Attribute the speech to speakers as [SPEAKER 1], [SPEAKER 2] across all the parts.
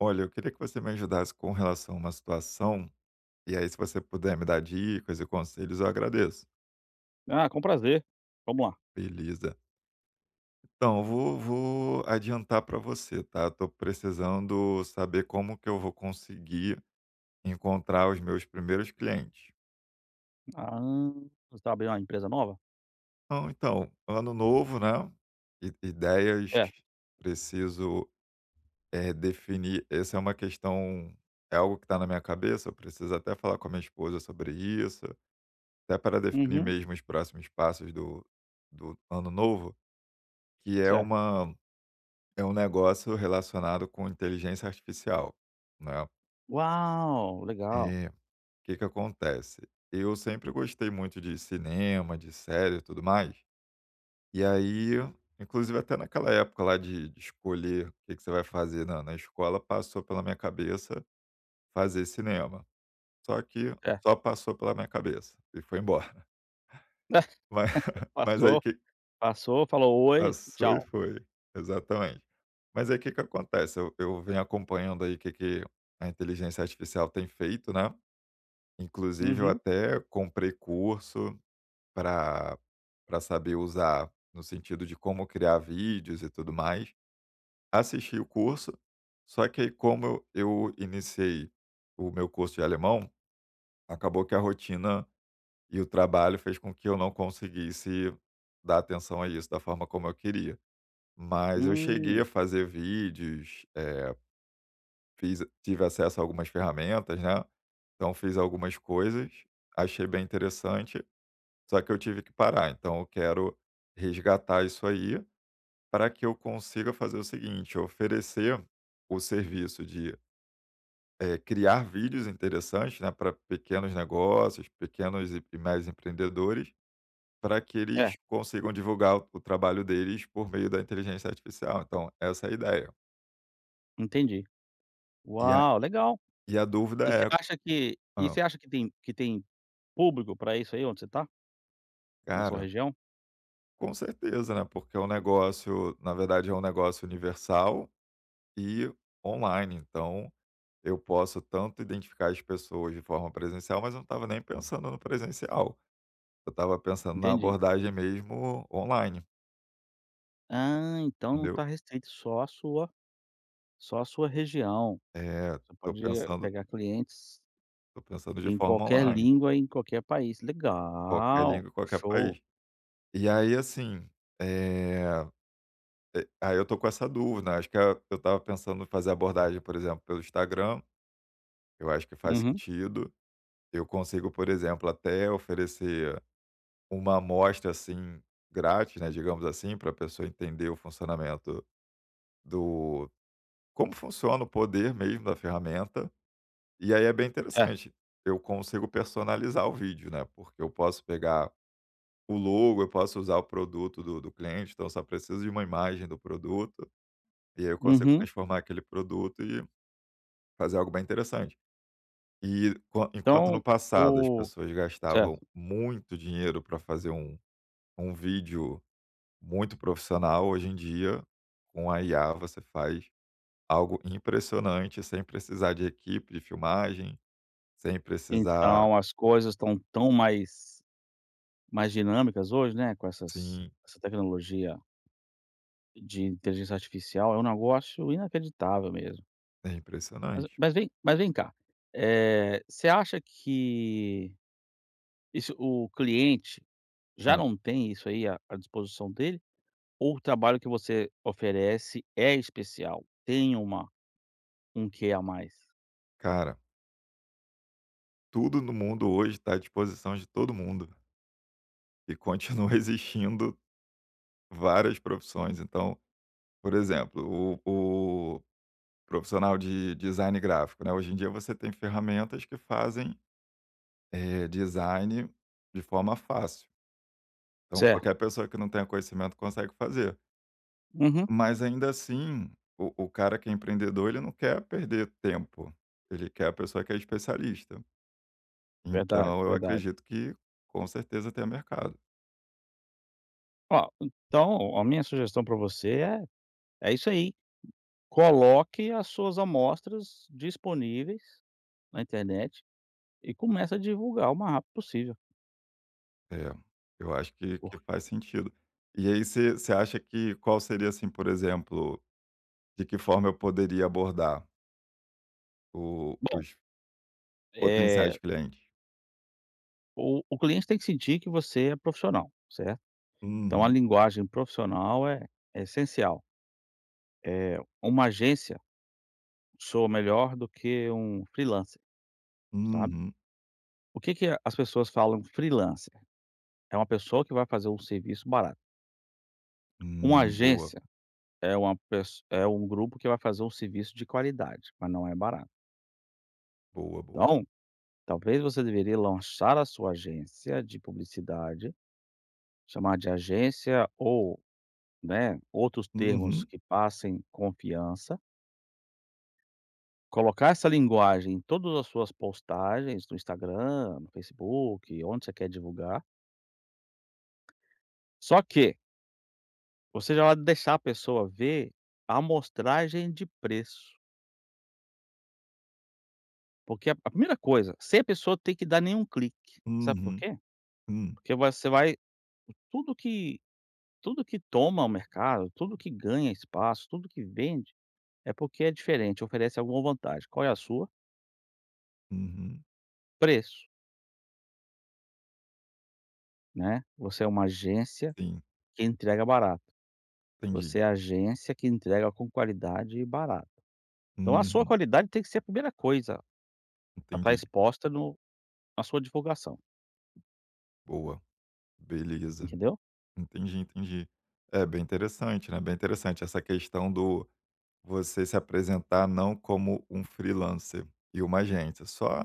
[SPEAKER 1] Olha, eu queria que você me ajudasse com relação a uma situação, e aí se você puder me dar dicas e conselhos, eu agradeço.
[SPEAKER 2] Ah, com prazer. Vamos lá.
[SPEAKER 1] Beleza. Então, eu vou adiantar para você, tá? Tô precisando saber como que eu vou conseguir encontrar os meus primeiros clientes.
[SPEAKER 2] Ah, você está abrindo uma empresa nova?
[SPEAKER 1] Então, ano novo, né? Ideias,
[SPEAKER 2] É.
[SPEAKER 1] preciso definir. Essa é uma questão, é algo que está na minha cabeça, eu preciso até falar com a minha esposa sobre isso. Até para definir
[SPEAKER 2] Uhum.
[SPEAKER 1] mesmo os próximos passos do ano novo, que é
[SPEAKER 2] Certo.
[SPEAKER 1] uma é um negócio relacionado com inteligência artificial, né.
[SPEAKER 2] Uau, legal.
[SPEAKER 1] E O que que acontece, eu sempre gostei muito de cinema, de série e tudo mais, e aí, inclusive até naquela época lá de escolher o que que você vai fazer na escola, passou pela minha cabeça fazer cinema, só que
[SPEAKER 2] É.
[SPEAKER 1] só passou pela minha cabeça e foi embora. Mas mas aí o
[SPEAKER 2] Passou,
[SPEAKER 1] que
[SPEAKER 2] passou, falou: "Oi,
[SPEAKER 1] passou e
[SPEAKER 2] tchau".
[SPEAKER 1] foi. Exatamente. Mas aí, o que que acontece? Eu venho acompanhando aí o que que a inteligência artificial tem feito, né. Inclusive eu
[SPEAKER 2] Uhum.
[SPEAKER 1] até comprei curso para pra saber usar, no sentido de como criar vídeos e tudo mais. Assisti o curso, só que aí como eu iniciei o meu curso de alemão, acabou que a rotina e o trabalho fez com que eu não conseguisse dar atenção a isso da forma como eu queria. Mas eu cheguei a
[SPEAKER 2] Hum,
[SPEAKER 1] fazer vídeos, fiz, tive acesso a algumas ferramentas, né, então fiz algumas coisas, achei bem interessante, só que eu tive que parar. Então eu quero resgatar isso aí para que eu consiga fazer o seguinte: oferecer o serviço de criar vídeos interessantes, né, para pequenos negócios, pequenos e médios empreendedores, para que eles
[SPEAKER 2] certo,
[SPEAKER 1] consigam divulgar o trabalho deles por meio da inteligência artificial. Então essa é a ideia.
[SPEAKER 2] entendi.
[SPEAKER 1] E a
[SPEAKER 2] Uau, legal.
[SPEAKER 1] E a dúvida
[SPEAKER 2] E
[SPEAKER 1] é
[SPEAKER 2] você acha que e
[SPEAKER 1] hã,
[SPEAKER 2] você acha que tem público para isso aí onde você está? Na sua
[SPEAKER 1] cara,
[SPEAKER 2] região?
[SPEAKER 1] com certeza, né, porque é um negócio, na verdade é um negócio universal e online, então eu posso tanto identificar as pessoas de forma presencial, mas eu não estava nem pensando no presencial, eu estava pensando na
[SPEAKER 2] Entendi.
[SPEAKER 1] abordagem mesmo online,
[SPEAKER 2] Ah, então não
[SPEAKER 1] entendeu.
[SPEAKER 2] está restrito só a sua região.
[SPEAKER 1] É,
[SPEAKER 2] Você pode pegar clientes
[SPEAKER 1] tô pensando de
[SPEAKER 2] em
[SPEAKER 1] forma
[SPEAKER 2] qualquer
[SPEAKER 1] online,
[SPEAKER 2] língua, em qualquer país.
[SPEAKER 1] qualquer
[SPEAKER 2] Legal,
[SPEAKER 1] língua, qualquer
[SPEAKER 2] show.
[SPEAKER 1] país. E aí, assim, eh, aí eu tô com essa dúvida, né, acho que é, eu estava pensando em fazer abordagem, por exemplo, pelo Instagram. Eu acho que faz
[SPEAKER 2] Uhum,
[SPEAKER 1] sentido. Eu consigo, por exemplo, até oferecer uma amostra assim grátis, né, digamos assim, para a pessoa entender o funcionamento do como funciona o poder mesmo da ferramenta. E aí é bem
[SPEAKER 2] certo.
[SPEAKER 1] interessante. Eu consigo personalizar o vídeo, né? Porque eu posso pegar o logo, eu posso usar o produto do cliente, então eu só preciso de uma imagem do produto, e aí eu consigo
[SPEAKER 2] Uhum.
[SPEAKER 1] transformar aquele produto e fazer algo bem interessante. E qua enquanto no
[SPEAKER 2] Então
[SPEAKER 1] passado as
[SPEAKER 2] o
[SPEAKER 1] pessoas gastavam
[SPEAKER 2] certo.
[SPEAKER 1] muito dinheiro para fazer um um vídeo muito profissional, hoje em dia, com a IA você faz algo impressionante sem precisar de equipe de filmagem, sem precisar.
[SPEAKER 2] Então as coisas estão tão mais dinâmicas hoje, né, com
[SPEAKER 1] Sim,
[SPEAKER 2] essa tecnologia de inteligência artificial, é um negócio inacreditável mesmo.
[SPEAKER 1] é
[SPEAKER 2] Mas
[SPEAKER 1] impressionante.
[SPEAKER 2] mas vem mas vem cá, você acha que isso o cliente já
[SPEAKER 1] Hã,
[SPEAKER 2] não tem isso aí à disposição dele, ou o trabalho que você oferece é especial? Tem uma Um quê a mais.
[SPEAKER 1] cara, tudo no mundo hoje está à disposição de todo mundo e continua existindo várias profissões. Então, por exemplo, o profissional de design gráfico, né. Hoje em dia você tem ferramentas que fazem, design de forma fácil. Então
[SPEAKER 2] Certo.
[SPEAKER 1] qualquer pessoa que não tenha conhecimento consegue fazer.
[SPEAKER 2] Uhum.
[SPEAKER 1] Mas ainda assim, o cara que é empreendedor, ele não quer perder tempo, ele quer a pessoa que é especialista.
[SPEAKER 2] Verdade,
[SPEAKER 1] Então eu
[SPEAKER 2] verdade.
[SPEAKER 1] acredito que com certeza tem mercado.
[SPEAKER 2] Ó, então a minha sugestão para você é é isso aí, coloque as suas amostras disponíveis na internet e comece a divulgar o mais rápido possível,
[SPEAKER 1] É, eu acho que
[SPEAKER 2] por
[SPEAKER 1] faz sentido. E aí, você acha que qual seria, assim, por exemplo, de que forma eu poderia abordar o
[SPEAKER 2] bom,
[SPEAKER 1] os potenciais
[SPEAKER 2] é
[SPEAKER 1] clientes.
[SPEAKER 2] o cliente tem que sentir que você é profissional, certo? Então a
[SPEAKER 1] Uhum,
[SPEAKER 2] linguagem profissional é essencial. Uma agência soa melhor do que um freelancer, sabe?
[SPEAKER 1] uhum,
[SPEAKER 2] O que que as pessoas falam freelancer? É uma pessoa que vai fazer um serviço barato. Uma
[SPEAKER 1] boa,
[SPEAKER 2] agência é uma pesso é um grupo que vai fazer um serviço de qualidade, mas não é barato.
[SPEAKER 1] boa, boa.
[SPEAKER 2] Então, talvez você deveria lançar a sua agência de publicidade, chamar de agência ou, né, outros termos
[SPEAKER 1] Uhum,
[SPEAKER 2] que passem confiança, colocar essa linguagem em todas as suas postagens no Instagram, no Facebook, onde você quer divulgar. Só que você já vai deixar a pessoa ver a amostragem de preço. Porque a primeira coisa, sem a pessoa ter que dar nenhum clique, sabe por
[SPEAKER 1] uhum,
[SPEAKER 2] quê?
[SPEAKER 1] hum,
[SPEAKER 2] Porque você vai tudo que tudo que toma o mercado, tudo que ganha espaço, tudo que vende, é porque é diferente, oferece alguma vantagem. Qual é a sua?
[SPEAKER 1] uhum,
[SPEAKER 2] Preço, né. Você é uma agência
[SPEAKER 1] sim,
[SPEAKER 2] que entrega barato,
[SPEAKER 1] entendi.
[SPEAKER 2] você é a agência que entrega com qualidade e barato. Então a sua
[SPEAKER 1] Uhum,
[SPEAKER 2] qualidade tem que ser a primeira coisa a estar
[SPEAKER 1] entendi.
[SPEAKER 2] exposta no na sua divulgação,
[SPEAKER 1] Boa, beleza.
[SPEAKER 2] entendeu?
[SPEAKER 1] Entendi, entendi. É bem interessante, né, bem interessante essa questão do você se apresentar não como um freelancer e uma agência, só,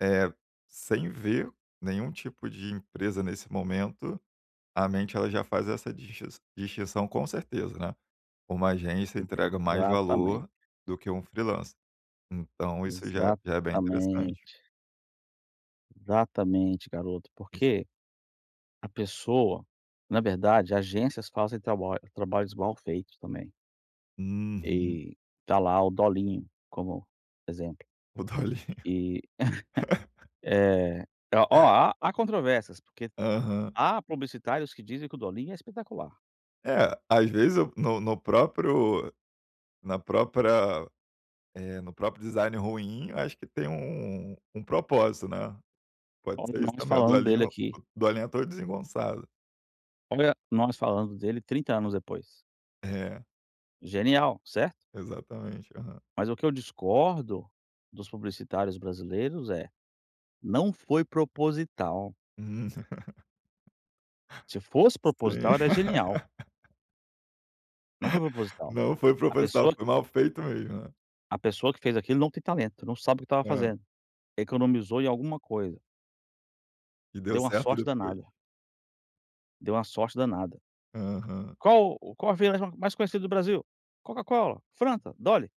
[SPEAKER 1] é sem ver nenhum tipo de empresa nesse momento, a mente ela já faz essa distinção com certeza, né. Uma agência entrega mais valor
[SPEAKER 2] Exatamente,
[SPEAKER 1] do que um freelancer. Então isso já é bem interessante.
[SPEAKER 2] exatamente. Exatamente, garoto,
[SPEAKER 1] Isso.
[SPEAKER 2] porque a pessoa na verdade, agências fazem trabalhos mal feitos também,
[SPEAKER 1] Uhum.
[SPEAKER 2] e tá lá o dolinho como exemplo.
[SPEAKER 1] O dolinho.
[SPEAKER 2] E, eh, ó, ó, há controvérsias, porque
[SPEAKER 1] Aham.
[SPEAKER 2] há publicitários que dizem que o dolinho é espetacular.
[SPEAKER 1] É, às vezes eu no próprio, na própria, no próprio design ruim, eu acho que tem um um propósito, né. Pode
[SPEAKER 2] Olha
[SPEAKER 1] ser isso
[SPEAKER 2] nós
[SPEAKER 1] também,
[SPEAKER 2] falando dele aqui,
[SPEAKER 1] o dolinho é todo desengonçado.
[SPEAKER 2] olha nós falando dele 30 anos depois.
[SPEAKER 1] É,
[SPEAKER 2] Genial, certo?
[SPEAKER 1] exatamente, aham.
[SPEAKER 2] Mas o que eu discordo dos publicitários brasileiros é: não foi proposital,
[SPEAKER 1] Hum,
[SPEAKER 2] se fosse proposital era
[SPEAKER 1] sim.
[SPEAKER 2] genial. Não foi proposital.
[SPEAKER 1] Não foi
[SPEAKER 2] A
[SPEAKER 1] profissional,
[SPEAKER 2] pessoa
[SPEAKER 1] foi mal feito mesmo, né.
[SPEAKER 2] a pessoa que fez aquilo não tem talento, não sabe o que estava
[SPEAKER 1] Hã.
[SPEAKER 2] fazendo. Economizou em alguma coisa.
[SPEAKER 1] E deu
[SPEAKER 2] Deu uma
[SPEAKER 1] certo
[SPEAKER 2] sorte
[SPEAKER 1] depois.
[SPEAKER 2] danada, deu uma sorte danada.
[SPEAKER 1] Aham.
[SPEAKER 2] Qual a cerveja mais conhecida do Brasil? Coca-Cola, Fanta, Dolly.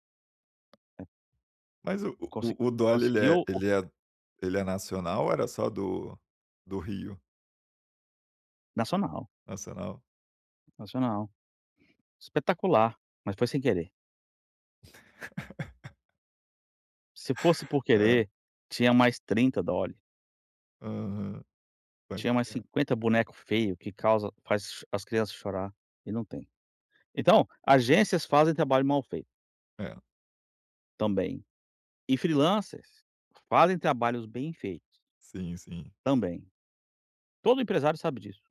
[SPEAKER 1] Mas
[SPEAKER 2] Conse
[SPEAKER 1] o Dolly
[SPEAKER 2] Conseguiu o
[SPEAKER 1] ele é nacional ou era só do Rio?
[SPEAKER 2] nacional,
[SPEAKER 1] Nacional?
[SPEAKER 2] nacional. Espetacular, mas foi sem querer. Se fosse por
[SPEAKER 1] É.
[SPEAKER 2] querer, tinha mais 30 Dolly,
[SPEAKER 1] Aham. Pode
[SPEAKER 2] tinha mais 50 boneco feio que causa faz as crianças chorar, e não tem. Então, agências fazem trabalho mal feito,
[SPEAKER 1] é.
[SPEAKER 2] também. E freelancers fazem trabalhos bem feitos
[SPEAKER 1] Sim, sim.
[SPEAKER 2] também. Todo empresário sabe disso.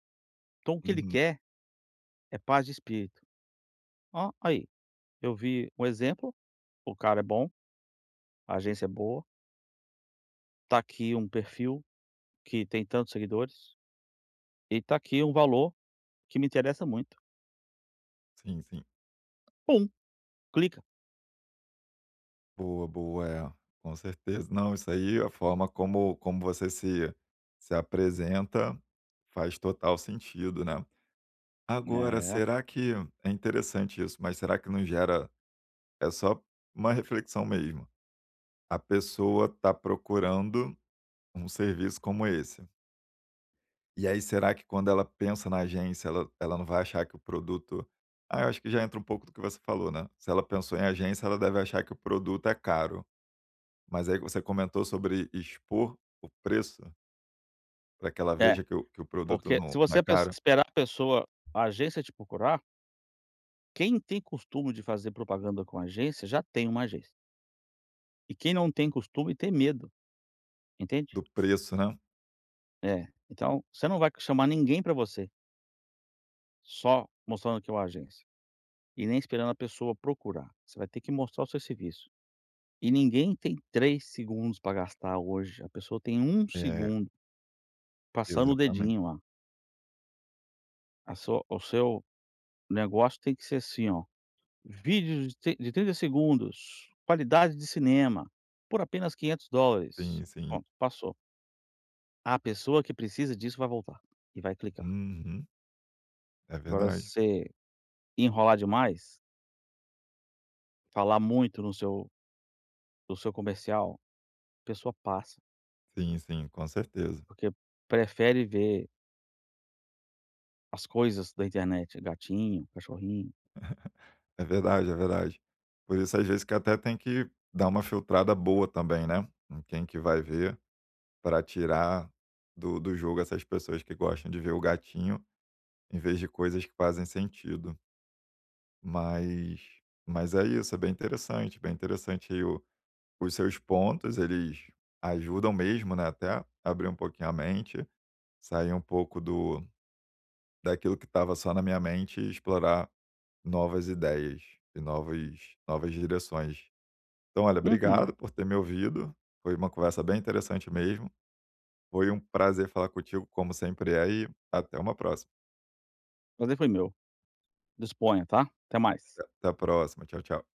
[SPEAKER 2] Então o que ele
[SPEAKER 1] Uhum.
[SPEAKER 2] quer é paz de espírito. Ó, aí, eu vi um exemplo, o cara é bom, a agência é boa, tá aqui um perfil que tem tantos seguidores e tá aqui um valor que me interessa muito.
[SPEAKER 1] Sim, sim.
[SPEAKER 2] Pum, clica.
[SPEAKER 1] Boa, boa. É, com certeza. Não, isso aí, a forma como você se apresenta faz total sentido, né. Agora,
[SPEAKER 2] É,
[SPEAKER 1] será que é interessante isso, mas será que não gera, é só uma reflexão mesmo. A pessoa está procurando um serviço como esse. E aí, será que quando ela pensa na agência, ela não vai achar que o produto, ah, eu acho que já entra um pouco do que você falou, né. Se ela pensou em agência, ela deve achar que o produto é caro. Mas aí você comentou sobre expor o preço para que ela
[SPEAKER 2] é,
[SPEAKER 1] veja que o produto
[SPEAKER 2] porque se
[SPEAKER 1] não é
[SPEAKER 2] você pes
[SPEAKER 1] caro,
[SPEAKER 2] esperar a agência te procurar, quem tem costume de fazer propaganda com agência já tem uma agência. E quem não tem costume tem medo, entende?
[SPEAKER 1] do preço, né.
[SPEAKER 2] É, então você não vai chamar ninguém para você, só mostrando que é uma agência, e nem esperando a pessoa procurar, você vai ter que mostrar o seu serviço. E ninguém tem 3 segundos para gastar hoje, a pessoa tem um
[SPEAKER 1] É,
[SPEAKER 2] segundo passando o
[SPEAKER 1] exatamente.
[SPEAKER 2] dedinho lá. A sua O seu negócio tem que ser assim ó, vídeos de tri de 30 segundos, qualidade de cinema, por apenas US$ 500.
[SPEAKER 1] Sim, sim.
[SPEAKER 2] Pronto, passou. A pessoa que precisa disso vai voltar, e vai clicar.
[SPEAKER 1] Uhum. É
[SPEAKER 2] Agora se
[SPEAKER 1] verdade.
[SPEAKER 2] você enrolar demais, falar muito no seu do seu comercial, a pessoa passa,
[SPEAKER 1] Sim, sim, com certeza.
[SPEAKER 2] porque prefere ver as coisas da internet, gatinho, cachorrinho.
[SPEAKER 1] É verdade, é verdade. Por isso, às vezes, que até tem que dar uma filtrada boa também, né, em quem que vai ver, para tirar do jogo essas pessoas que gostam de ver o gatinho, em vez de coisas que fazem sentido. Mas é isso, é bem interessante aí o os seus pontos, eles ajudam mesmo, né, até a abrir um pouquinho a mente, sair um pouco do daquilo que estava só na minha mente e explorar novas ideias e novas direções. Então olha,
[SPEAKER 2] Uhum.
[SPEAKER 1] obrigado por ter me ouvido, foi uma conversa bem interessante mesmo. Foi um prazer falar contigo, como sempre é, e até uma próxima.
[SPEAKER 2] Prazer foi meu. Disponha, tá? Até mais.
[SPEAKER 1] Até a próxima. Tchau, tchau.